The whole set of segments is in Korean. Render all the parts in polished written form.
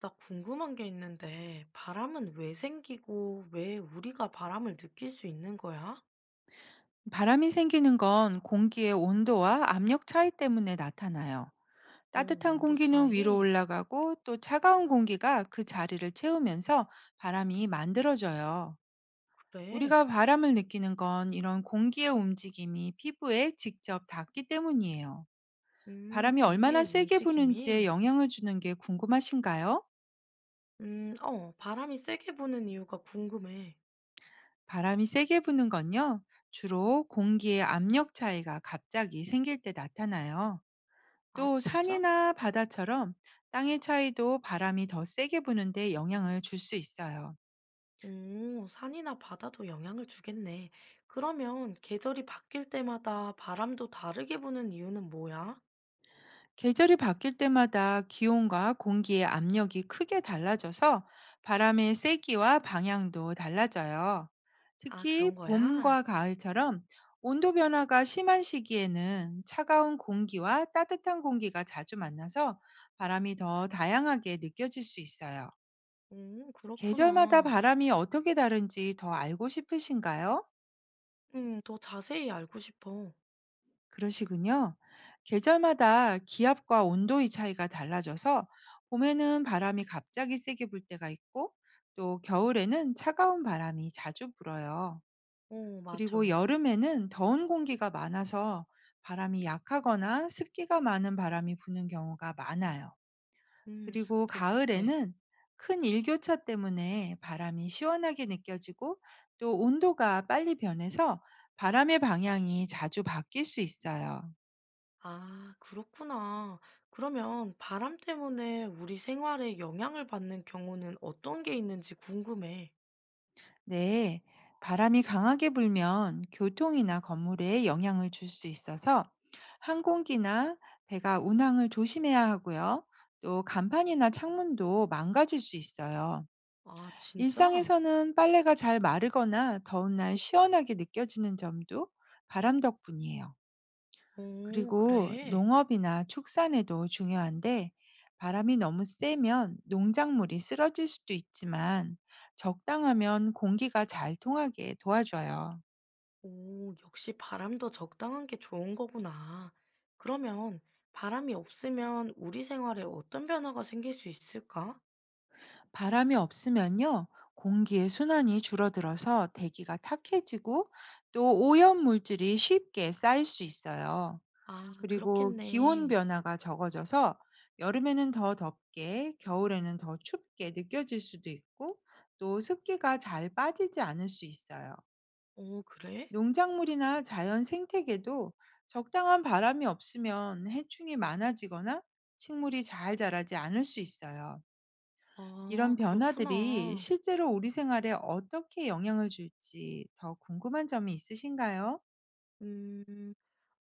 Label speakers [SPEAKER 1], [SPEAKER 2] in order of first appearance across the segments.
[SPEAKER 1] 나 궁금한 게 있는데, 바람은 왜 생기고, 왜 우리가 바람을 느낄 수 있는 거야?
[SPEAKER 2] 바람이 생기는 건 공기의 온도와 압력 차이 때문에 나타나요.
[SPEAKER 1] 오,
[SPEAKER 2] 따뜻한
[SPEAKER 1] 온도
[SPEAKER 2] 공기는 위로
[SPEAKER 1] 차이?
[SPEAKER 2] 올라가고, 또 차가운 공기가 그 자리를 채우면서 바람이 만들어져요.
[SPEAKER 1] 그래.
[SPEAKER 2] 우리가 바람을 느끼는 건 이런 공기의 움직임이 피부에 직접 닿기 때문이에요. 바람이
[SPEAKER 1] 공기의
[SPEAKER 2] 얼마나 세게 부는지에
[SPEAKER 1] 움직임이?
[SPEAKER 2] 영향을 주는 게 궁금하신가요?
[SPEAKER 1] 바람이 세게 부는 이유가 궁금해.
[SPEAKER 2] 바람이 세게 부는 건요, 주로 공기의 압력 차이가 갑자기 생길 때 나타나요.
[SPEAKER 1] 아,
[SPEAKER 2] 또
[SPEAKER 1] 진짜?
[SPEAKER 2] 산이나 바다처럼 땅의 차이도 바람이 더 세게 부는데 영향을 줄 수 있어요.
[SPEAKER 1] 오, 산이나 바다도 영향을 주겠네. 그러면 계절이 바뀔 때마다 바람도 다르게 부는 이유는 뭐야?
[SPEAKER 2] 계절이 바뀔 때마다 기온과 공기의 압력이 크게 달라져서 바람의 세기와 방향도 달라져요.
[SPEAKER 1] 아,
[SPEAKER 2] 특히
[SPEAKER 1] 그런 거야?
[SPEAKER 2] 봄과 가을처럼 온도 변화가 심한 시기에는 차가운 공기와 따뜻한 공기가 자주 만나서 바람이 더 다양하게 느껴질 수 있어요. 계절마다
[SPEAKER 1] 그렇구나.
[SPEAKER 2] 바람이 어떻게 다른지 더 알고 싶으신가요?
[SPEAKER 1] 더 자세히 알고 싶어.
[SPEAKER 2] 그러시군요. 계절마다 기압과 온도의 차이가 달라져서, 봄에는 바람이 갑자기 세게 불 때가 있고, 또 겨울에는 차가운 바람이 자주 불어요.
[SPEAKER 1] 오, 맞아.
[SPEAKER 2] 그리고 여름에는 더운 공기가 많아서 바람이 약하거나 습기가 많은 바람이 부는 경우가 많아요. 그리고
[SPEAKER 1] 습해, 습해.
[SPEAKER 2] 가을에는 큰 일교차 때문에 바람이 시원하게 느껴지고, 또 온도가 빨리 변해서 바람의 방향이 자주 바뀔 수 있어요.
[SPEAKER 1] 아 그렇구나. 그러면 바람 때문에 우리 생활에 영향을 받는 경우는 어떤 게 있는지 궁금해.
[SPEAKER 2] 네, 바람이 강하게 불면 교통이나 건물에 영향을 줄 수 있어서 항공기나 배가 운항을 조심해야 하고요. 또 간판이나 창문도 망가질 수 있어요.
[SPEAKER 1] 아 진짜?
[SPEAKER 2] 일상에서는 빨래가 잘 마르거나 더운 날 시원하게 느껴지는 점도 바람 덕분이에요.
[SPEAKER 1] 오
[SPEAKER 2] 그리고
[SPEAKER 1] 그래?
[SPEAKER 2] 농업이나 축산에도 중요한데, 바람이 너무 세면 농작물이 쓰러질 수도 있지만 적당하면 공기가 잘 통하게 도와줘요.
[SPEAKER 1] 오 역시 바람도 적당한 게 좋은 거구나. 그러면 바람이 없으면 우리 생활에 어떤 변화가 생길 수 있을까?
[SPEAKER 2] 바람이 없으면요, 공기의 순환이 줄어들어서 대기가 탁해지고, 또 오염 물질이 쉽게 쌓일 수 있어요.
[SPEAKER 1] 아
[SPEAKER 2] 그리고 기온
[SPEAKER 1] 그렇겠네.
[SPEAKER 2] 변화가 적어져서 여름에는 더 덥게, 겨울에는 더 춥게 느껴질 수도 있고, 또 습기가 잘 빠지지 않을 수 있어요.
[SPEAKER 1] 오 그래?
[SPEAKER 2] 농작물이나 자연 생태계도 적당한 바람이 없으면 해충이 많아지거나 식물이 잘 자라지 않을 수 있어요.
[SPEAKER 1] 아
[SPEAKER 2] 이런 변화들이
[SPEAKER 1] 그렇구나.
[SPEAKER 2] 실제로 우리 생활에 어떻게 영향을 줄지 더 궁금한 점이 있으신가요?
[SPEAKER 1] 음.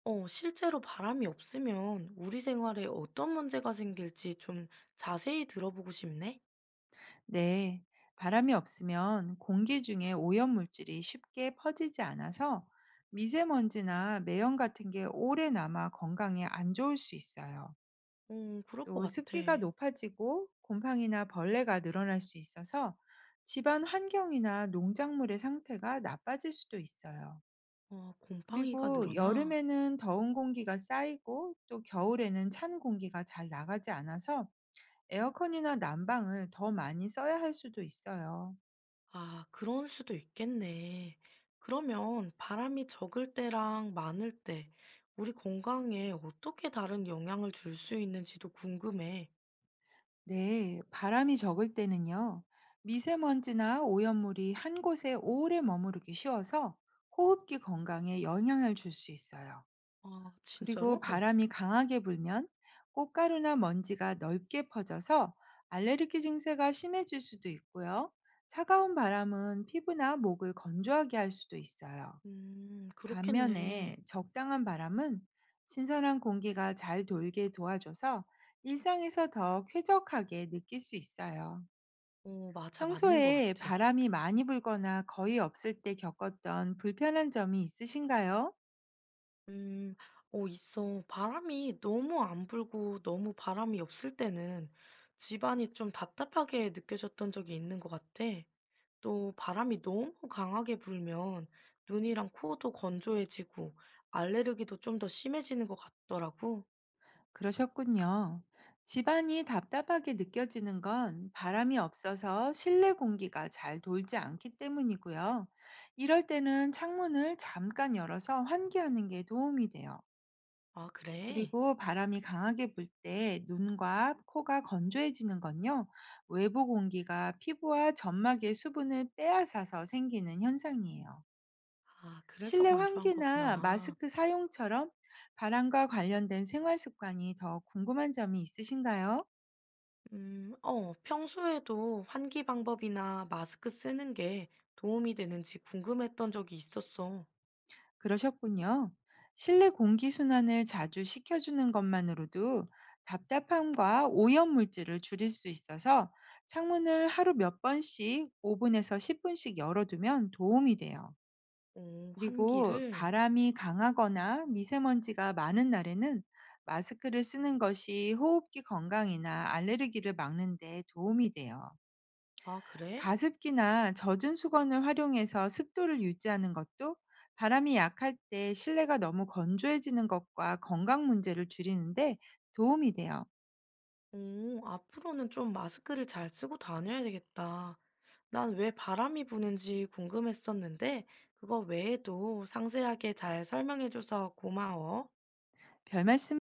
[SPEAKER 1] 실제로 바람이 없으면 우리 생활에 어떤 문제가 생길지 좀 자세히 들어보고 싶네?
[SPEAKER 2] 네, 바람이 없으면 공기 중에 오염물질이 쉽게 퍼지지 않아서 미세먼지나 매연 같은 게 오래 남아 건강에 안 좋을 수 있어요.
[SPEAKER 1] 그럴 것
[SPEAKER 2] 또
[SPEAKER 1] 같아.
[SPEAKER 2] 습기가 높아지고 곰팡이나 벌레가 늘어날 수 있어서 집안 환경이나 농작물의 상태가 나빠질 수도 있어요.
[SPEAKER 1] 어, 곰팡이가
[SPEAKER 2] 그리고
[SPEAKER 1] 늘어나?
[SPEAKER 2] 여름에는 더운 공기가 쌓이고, 또 겨울에는 찬 공기가 잘 나가지 않아서 에어컨이나 난방을 더 많이 써야 할 수도 있어요.
[SPEAKER 1] 아, 그럴 수도 있겠네. 그러면 바람이 적을 때랑 많을 때 우리 건강에 어떻게 다른 영향을 줄 수 있는지도 궁금해.
[SPEAKER 2] 네, 바람이 적을 때는요, 미세먼지나 오염물이 한 곳에 오래 머무르기 쉬워서 호흡기 건강에 영향을 줄 수 있어요.
[SPEAKER 1] 아,
[SPEAKER 2] 그리고
[SPEAKER 1] 진짜로?
[SPEAKER 2] 바람이 강하게 불면 꽃가루나 먼지가 넓게 퍼져서 알레르기 증세가 심해질 수도 있고요. 차가운 바람은 피부나 목을 건조하게 할 수도 있어요.
[SPEAKER 1] 그렇겠네.
[SPEAKER 2] 반면에 적당한 바람은 신선한 공기가 잘 돌게 도와줘서 일상에서 더 쾌적하게 느낄 수 있어요.
[SPEAKER 1] 어, 맞아, 맞는 것
[SPEAKER 2] 평소에
[SPEAKER 1] 같아.
[SPEAKER 2] 바람이 많이 불거나 거의 없을 때 겪었던 불편한 점이 있으신가요?
[SPEAKER 1] 음. 있어. 바람이 너무 안 불고 너무 바람이 없을 때는 집안이 좀 답답하게 느껴졌던 적이 있는 것 같아. 또 바람이 너무 강하게 불면 눈이랑 코도 건조해지고 알레르기도 좀 더 심해지는 것 같더라고.
[SPEAKER 2] 그러셨군요. 집안이 답답하게 느껴지는 건 바람이 없어서 실내 공기가 잘 돌지 않기 때문이고요. 이럴 때는 창문을 잠깐 열어서 환기하는 게 도움이 돼요.
[SPEAKER 1] 아 그래?
[SPEAKER 2] 그리고 바람이 강하게 불 때 눈과 코가 건조해지는 건요, 외부 공기가 피부와 점막의 수분을 빼앗아서 생기는 현상이에요.
[SPEAKER 1] 아 그래서
[SPEAKER 2] 실내
[SPEAKER 1] 건조한
[SPEAKER 2] 환기나
[SPEAKER 1] 거구나.
[SPEAKER 2] 마스크 사용처럼 바람과 관련된 생활 습관이 더 궁금한 점이 있으신가요?
[SPEAKER 1] 평소에도 환기 방법이나 마스크 쓰는 게 도움이 되는지 궁금했던 적이 있었어.
[SPEAKER 2] 그러셨군요. 실내 공기 순환을 자주 시켜주는 것만으로도 답답함과 오염 물질을 줄일 수 있어서, 창문을 하루 몇 번씩 5분에서 10분씩 열어두면 도움이 돼요.
[SPEAKER 1] 오
[SPEAKER 2] 그리고
[SPEAKER 1] 환기를.
[SPEAKER 2] 바람이 강하거나 미세먼지가 많은 날에는 마스크를 쓰는 것이 호흡기 건강이나 알레르기를 막는 데 도움이 돼요.
[SPEAKER 1] 아, 그래?
[SPEAKER 2] 가습기나 젖은 수건을 활용해서 습도를 유지하는 것도 바람이 약할 때 실내가 너무 건조해지는 것과 건강 문제를 줄이는데 도움이 돼요.
[SPEAKER 1] 오, 앞으로는 좀 마스크를 잘 쓰고 다녀야 되겠다. 난 왜 바람이 부는지 궁금했었는데, 그거 외에도 상세하게 잘 설명해줘서 고마워.
[SPEAKER 2] 별 말씀